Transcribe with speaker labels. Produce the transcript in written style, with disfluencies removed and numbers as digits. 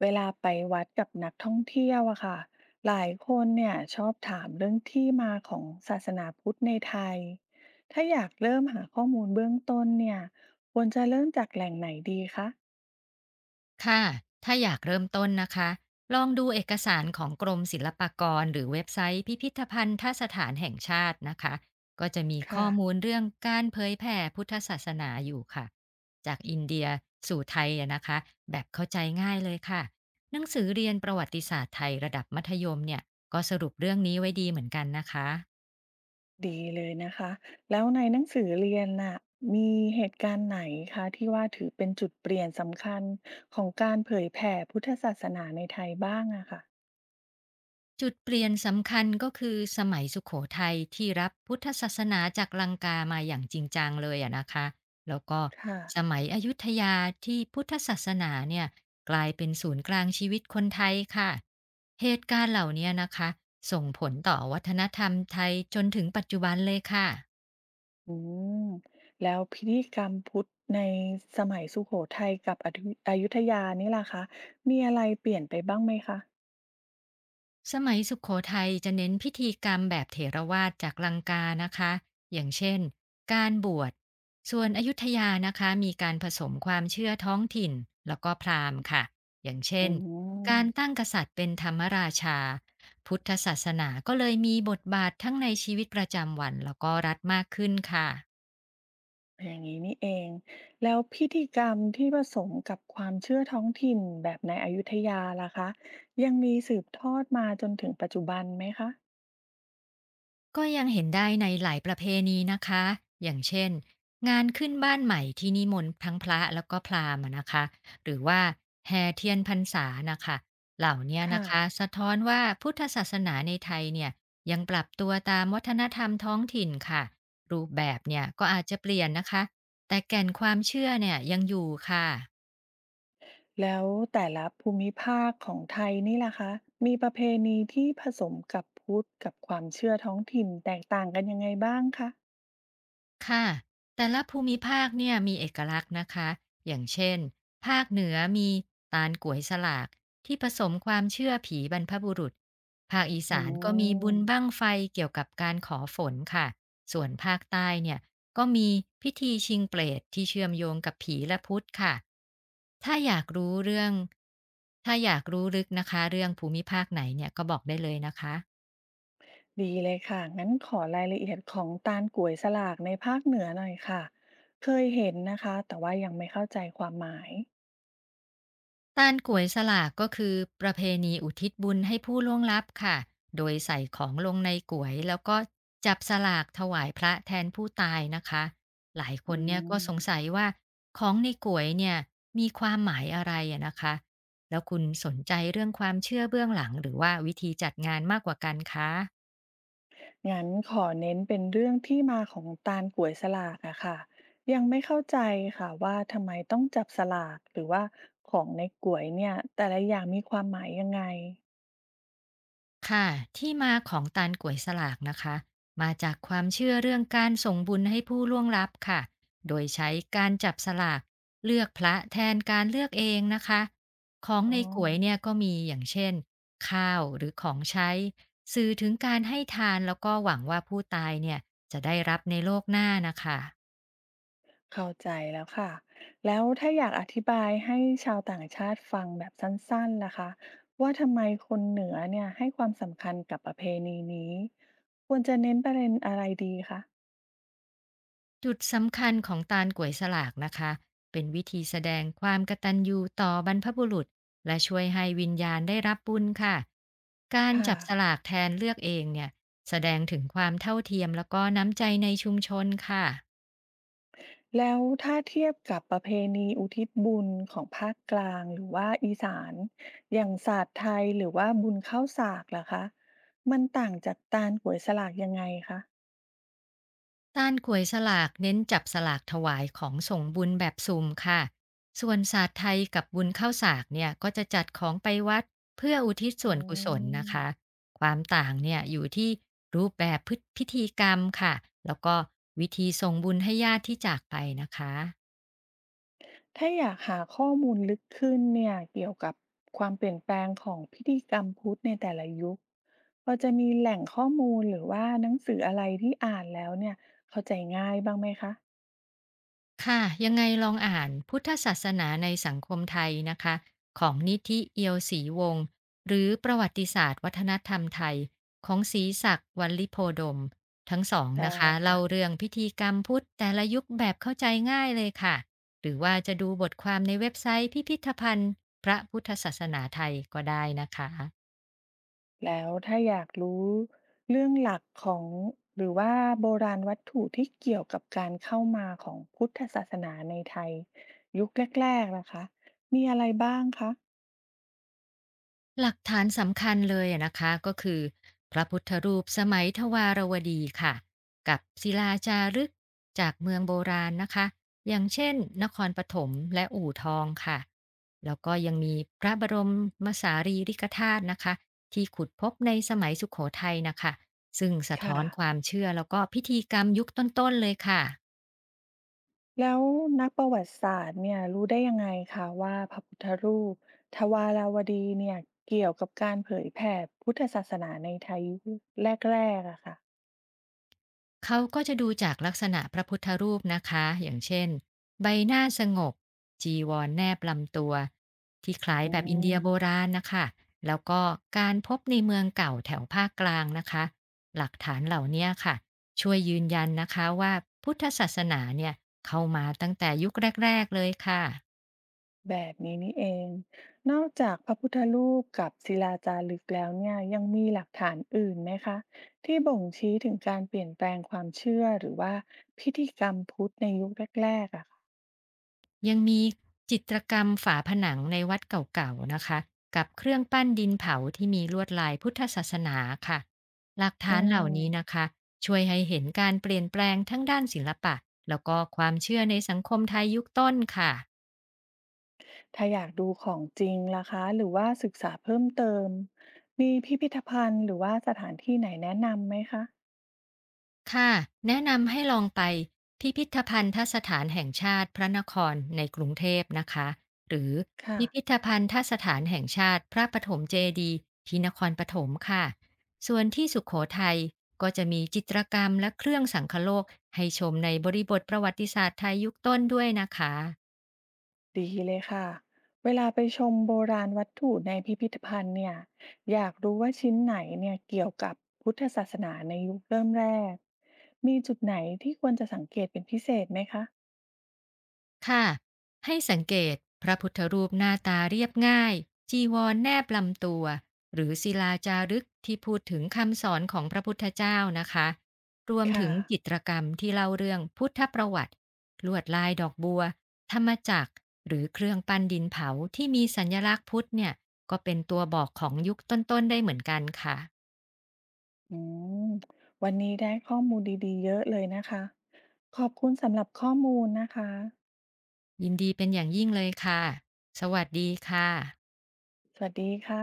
Speaker 1: เวลาไปวัดกับนักท่องเที่ยวอะค่ะหลายคนเนี่ยชอบถามเรื่องที่มาของศาสนาพุทธในไทย ถ้าอยากเริ่มหาข้อมูลเบื้องต้นเนี่ยควรจะเริ่มจากแหล่งไหนดีคะ
Speaker 2: ค่ะถ้าอยากเริ่มต้นนะคะลองดูเอกสารของกรมศิลปากรหรือเว็บไซต์พิพิธภัณฑสถานแห่งชาตินะคะก็จะมีข้
Speaker 1: ค่ะ
Speaker 2: อมูลเรื่องการเผยแผ่พุทธศาสนาอยู่ค่ะจากอินเดียสู่ไทยอะนะคะแบบเข้าใจง่ายเลยค่ะหนังสือเรียนประวัติศาสตร์ไทยระดับมัธยมเนี่ยก็สรุปเรื่องนี้ไว้ดีเหมือนกันนะคะ
Speaker 1: ดีเลยนะคะ แล้วในหนังสือเรียนน่ะมีเหตุการณ์ไหนคะที่ว่าถือเป็นจุดเปลี่ยนสำคัญของการเผยแผ่พุทธศาสนาในไทยบ้างอะค่ะ
Speaker 2: จุดเปลี่ยนสำคัญก็คือสมัยสุขโขทัยที่รับพุทธศาสนาจากลังกามาอย่างจริงจังเลยอะนะคะแล้วก็
Speaker 1: ค่ะ
Speaker 2: สมัยอยุธยาที่พุทธศาสนาเนี่ยกลายเป็นศูนย์กลางชีวิตคนไทยค่ะเหตุการณ์เหล่านี้นะคะส่งผลต่อวัฒนธรรมไทยจนถึงปัจจุบันเลยค่ะ
Speaker 1: อืมแล้วพิธีกรรมพุทธในสมัยสุโขทัยกับอยุธยานี่ล่ะคะมีอะไรเปลี่ยนไปบ้างไหมคะ
Speaker 2: สมัยสุขโขทัยจะเน้นพิธีกรรมแบบเถรวาทจากลังกานะคะอย่างเช่นการบวชส่วนอยุธยานะคะมีการผสมความเชื่อท้องถิ่นแล้วก็พราหมณ์ค่ะอย่างเช่
Speaker 1: อื
Speaker 2: นการ
Speaker 1: ม
Speaker 2: ตั้งกษัตริย์เป็นธรรมราชาพุทธศาสนาก็เลยมีบทบาททั้งในชีวิตประจำวันแล้วก็รัฐมากขึ้นค่ะ
Speaker 1: อย่างนี้นี่เองแล้วพิธีกรรมที่ผสมกับความเชื่อท้องถิ่นแบบในอยุธยาล่ะคะยังมีสืบทอดมาจนถึงปัจจุบันไหมคะ
Speaker 2: ก็ยังเห็นได้ในหลายประเพณีนะคะ อย่างเช่นงานขึ้นบ้านใหม่ที่นิมนต์ทั้งพระแล้วก็พราหมณ์อะนะคะ หรือว่าแห่เทียนพรรษานะคะ เหล่าเนี้ยนะ
Speaker 1: ค่ะ
Speaker 2: คะสะท้อนว่าพุทธศาสนาในไทยเนี่ยยังปรับตัวตามวัฒนธรรมท้องถิ่นค่ะ รูปแบบเนี่ยก็อาจจะเปลี่ยนนะคะ แต่แก่นความเชื่อเนี่ยยังอยู่ค่ะ
Speaker 1: แล้วแต่ละภูมิภาคของไทยนี่ล่ะคะมีประเพณีที่ผสมกับพุทธกับความเชื่อท้องถิ่นแตกต่างกันยังไงบ้างคะ
Speaker 2: ค่ะแต่ละภูมิภาคเนี่ยมีเอกลักษณ์นะคะอย่างเช่นภาคเหนือมีตาลก๋วยสลากที่ผสมความเชื่อผีบรรพบุรุษภาคอี
Speaker 1: อื
Speaker 2: สานก็มีบุญบั้ง
Speaker 1: ม
Speaker 2: ไฟเกี่ยวกับการขอฝนค่ะส่วนภาคใต้เนี่ยก็มีพิธีชิงเปรตที่เชื่อมโยงกับผีและพุทธค่ะถ้าอยากรู้เรื่องถ้าอยากรู้ลึกนะคะเรื่องภูมิภาคไหนเนี่ยก็บอกได้เลยนะคะ
Speaker 1: ดีเลยค่ะงั้นขอรายละเอียดของตาลก๋วยสลากในภาคเหนือหน่อยค่ะเคยเห็นนะคะแต่ว่ายังไม่เข้าใจความหมาย
Speaker 2: ตานก๋วยสลากก็คือประเพณีอุทิศบุญให้ผู้ล่วงลับค่ะ โดยใส่ของลงในก๋วยแล้วก็จับสลากถวายพระแทนผู้ตายนะคะ หลายค
Speaker 1: อื
Speaker 2: นเนี่ยก็
Speaker 1: ม
Speaker 2: สงสัยว่าของในก๋วยเนี่ยมีความหมายอะไรอะนะคะแล้วคุณสนใจเรื่องความเชื่อเบื้องหลังหรือว่าวิธีจัดงานมากกว่ากันคะ
Speaker 1: งั้นขอเน้นเป็นเรื่องที่มาของตาลก๋วยสลากอะค่ะยังไม่เข้าใจค่ะว่าทำไมต้องจับสลากหรือว่าของในก๋วยเนี่ยแต่ละอย่างมีความหมายยังไง
Speaker 2: ค่ะที่มาของตาลก๋วยสลากนะคะมาจากความเชื่อเรื่องการส่งบุญให้ผู้ล่วงลับค่ะโดยใช้การจับสลากเลือกพระแทนการเลือกเองนะคะของ
Speaker 1: อ๋อ
Speaker 2: ในก๋วยเนี่ยก็มีอย่างเช่นข้าวหรือของใช้สื่อถึงการให้ทานแล้วก็หวังว่าผู้ตายเนี่ยจะได้รับในโลกหน้านะคะ
Speaker 1: เข้าใจแล้วค่ะแล้วถ้าอยากอธิบายให้ชาวต่างชาติฟังแบบสั้นๆล่ะคะว่าทำไมคนเหนือเนี่ยให้ความสำคัญกับประเพณีนี้ควรจะเน้นประเด็นอะไรดีคะ
Speaker 2: จุดสำคัญของตาลก๋วยสลากนะคะ เป็นวิธีแสดงความกตัญญูต่อบรรพบุรุษและช่วยให้วิญญาณได้รับบุญค่ะ การ
Speaker 1: ค่ะ
Speaker 2: จับสลากแทนเลือกเองเนี่ยแสดงถึงความเท่าเทียมแล้วก็น้ำใจในชุมชนค่ะ
Speaker 1: แล้วถ้าเทียบกับประเพณีอุทิศบุญของภาคกลางหรือว่าอีสานอย่างศาสตร์ไทยหรือว่าบุญข้าวสากล่ะคะมันต่างจากตาลกวยสลากยังไงคะ
Speaker 2: การขวยสลากเน้นจับสลากถวายของส่งบุญแบบสุ่มค่ะส่วนศาสตร์ไทยกับบุญข้าวสากเนี่ยก็จะจัดของไปวัดเพื่ออุทิศส่
Speaker 1: อื
Speaker 2: วนกุศลนะคะ
Speaker 1: ม
Speaker 2: ความต่างเนี่ยอยู่ที่รูปแบบพิธีกรรมค่ะแล้วก็วิธีส่งบุญให้ญาติที่จากไปนะคะ
Speaker 1: ถ้าอยากหาข้อมูลลึกขึ้นเนี่ยเกี่ยวกับความเปลี่ยนแปลงของพิธีกรรมพุทธในแต่ละยุคพอจะมีแหล่งข้อมูลหรือว่าหนังสืออะไรที่อ่านแล้วเนี่ยเข้าใจง่ายบ้างไหมคะ
Speaker 2: ค่ะยังไงลองอ่านพุทธศาสนาในสังคมไทยนะคะของนิธิเอียวศรีวงศ์หรือประวัติศาสตร์วัฒนธรรมไทยของศรีศักดิ์วัลลิโพดมทั้งสองนะ
Speaker 1: ได้
Speaker 2: คะเล่า
Speaker 1: ค่ะ
Speaker 2: เรื่องพิธีกรรมพุทธแต่ละยุคแบบเข้าใจง่ายเลยค่ะหรือว่าจะดูบทความในเว็บไซต์พิพิธภัณฑ์พระพุทธศาสนาไทยก็ได้นะคะ
Speaker 1: แล้วถ้าอยากรู้เรื่องหลักของหรือว่าโบราณวัตถุที่เกี่ยวกับการเข้ามาของพุทธศาสนาในไทยยุคแรกๆละคะมีอะไรบ้างคะ
Speaker 2: หลักฐานสำคัญเลยอะนะคะก็คือพระพุทธรูปสมัยทวารวดีค่ะกับศิลาจารึกจากเมืองโบราณนะคะอย่างเช่นนครปฐมและอู่ทองค่ะแล้วก็ยังมีพระบรมสารีริกธาตุนะคะที่ขุดพบในสมัยสุโขทัยนะคะซึ่งสะท้
Speaker 1: ค่ะ
Speaker 2: อนความเชื่อแล้วก็พิธีกรรมยุคต้นๆเลยค่ะ
Speaker 1: แล้วนักประวัติศาสตร์เนี่ยรู้ได้ยังไงคะว่าพระพุทธรูปทวาราวดีเนี่ยเกี่ยวกับการเผยแผ่พุทธศาสนาในไทยยุคแรกๆอะค่ะ
Speaker 2: เขาก็จะดูจากลักษณะพระพุทธรูปนะคะอย่างเช่นใบหน้าสงบจีวรแนบลำตัวที่คล้าย
Speaker 1: อื
Speaker 2: แบบอินเดียโบ
Speaker 1: ม
Speaker 2: ราณนะคะแล้วก็การพบในเมืองเก่าแถวภาคกลางนะคะหลักฐานเหล่าเนี้ยค่ะช่วยยืนยันนะคะว่าพุทธศาสนาเนี่ยเข้ามาตั้งแต่ยุคแรกๆเลยค่ะ
Speaker 1: แบบนี้นี่เองนอกจากพระพุทธรูปกับศิลาจารึกแล้วเนี่ยยังมีหลักฐานอื่นไหมคะที่บ่งชี้ถึงการเปลี่ยนแปลงความเชื่อหรือว่าพิธีกรรมพุทธในยุคแรกๆอะค่ะ
Speaker 2: ยังมีจิตรกรรมฝาผนังในวัดเก่าๆนะคะกับเครื่องปั้นดินเผาที่มีลวดลายพุทธศาสนาค่ะหลัก
Speaker 1: อื
Speaker 2: ฐานเหล่า
Speaker 1: ม
Speaker 2: นี้นะคะช่วยให้เห็นการเปลี่ยนแปลงทั้งด้านศิลปะแล้วก็ความเชื่อในสังคมไทยยุคต้นค่ะ
Speaker 1: ถ้าอยากดูของจริงล่ะคะหรือว่าศึกษาเพิ่มเติมมีพิพิธภัณฑ์หรือว่าสถานที่ไหนแนะนำไหมคะ
Speaker 2: ค่ะแนะนำให้ลองไปพิพิธภัณฑสถานแห่งชาติพระนครในกรุงเทพนะคะหรือ
Speaker 1: ค่ะ
Speaker 2: พิพิธภัณฑสถานแห่งชาติพระปฐมเจดีย์ที่นครปฐมค่ะส่วนที่สุขโขทัยก็จะมีจิตรกรรมและเครื่องสังคโลกให้ชมในบริบทประวัติศาสตร์ไทยยุคต้นด้วยนะคะ
Speaker 1: ดีเลยค่ะเวลาไปชมโบราณวัตถุในพิพิธภัณฑ์เนี่ยอยากรู้ว่าชิ้นไหนเนี่ยเกี่ยวกับพุทธศาสนาในยุคเริ่มแรกมีจุดไหนที่ควรจะสังเกตเป็นพิเศษไหมคะ
Speaker 2: ค่ะให้สังเกตพระพุทธรูปหน้าตาเรียบง่ายจีวรแนบลำตัวหรือศิลาจารึกที่พูดถึงคำสอนของพระพุทธเจ้านะคะรวมถึ
Speaker 1: ค่ะ
Speaker 2: งจิตรกรรมที่เล่าเรื่องพุทธประวัติลวดลายดอกบัวธรรมจักรหรือเครื่องปั้นดินเผาที่มีสัญลักษณ์พุทธเนี่ยก็เป็นตัวบอกของยุคต้นๆได้เหมือนกันค่ะ
Speaker 1: อืมวันนี้ได้ข้อมูลดีๆเยอะเลยนะคะขอบคุณสำหรับข้อมูลนะคะ
Speaker 2: ยินดีเป็นอย่างยิ่งเลยค่ะสวัสดีค่ะ
Speaker 1: สวัสดีค่ะ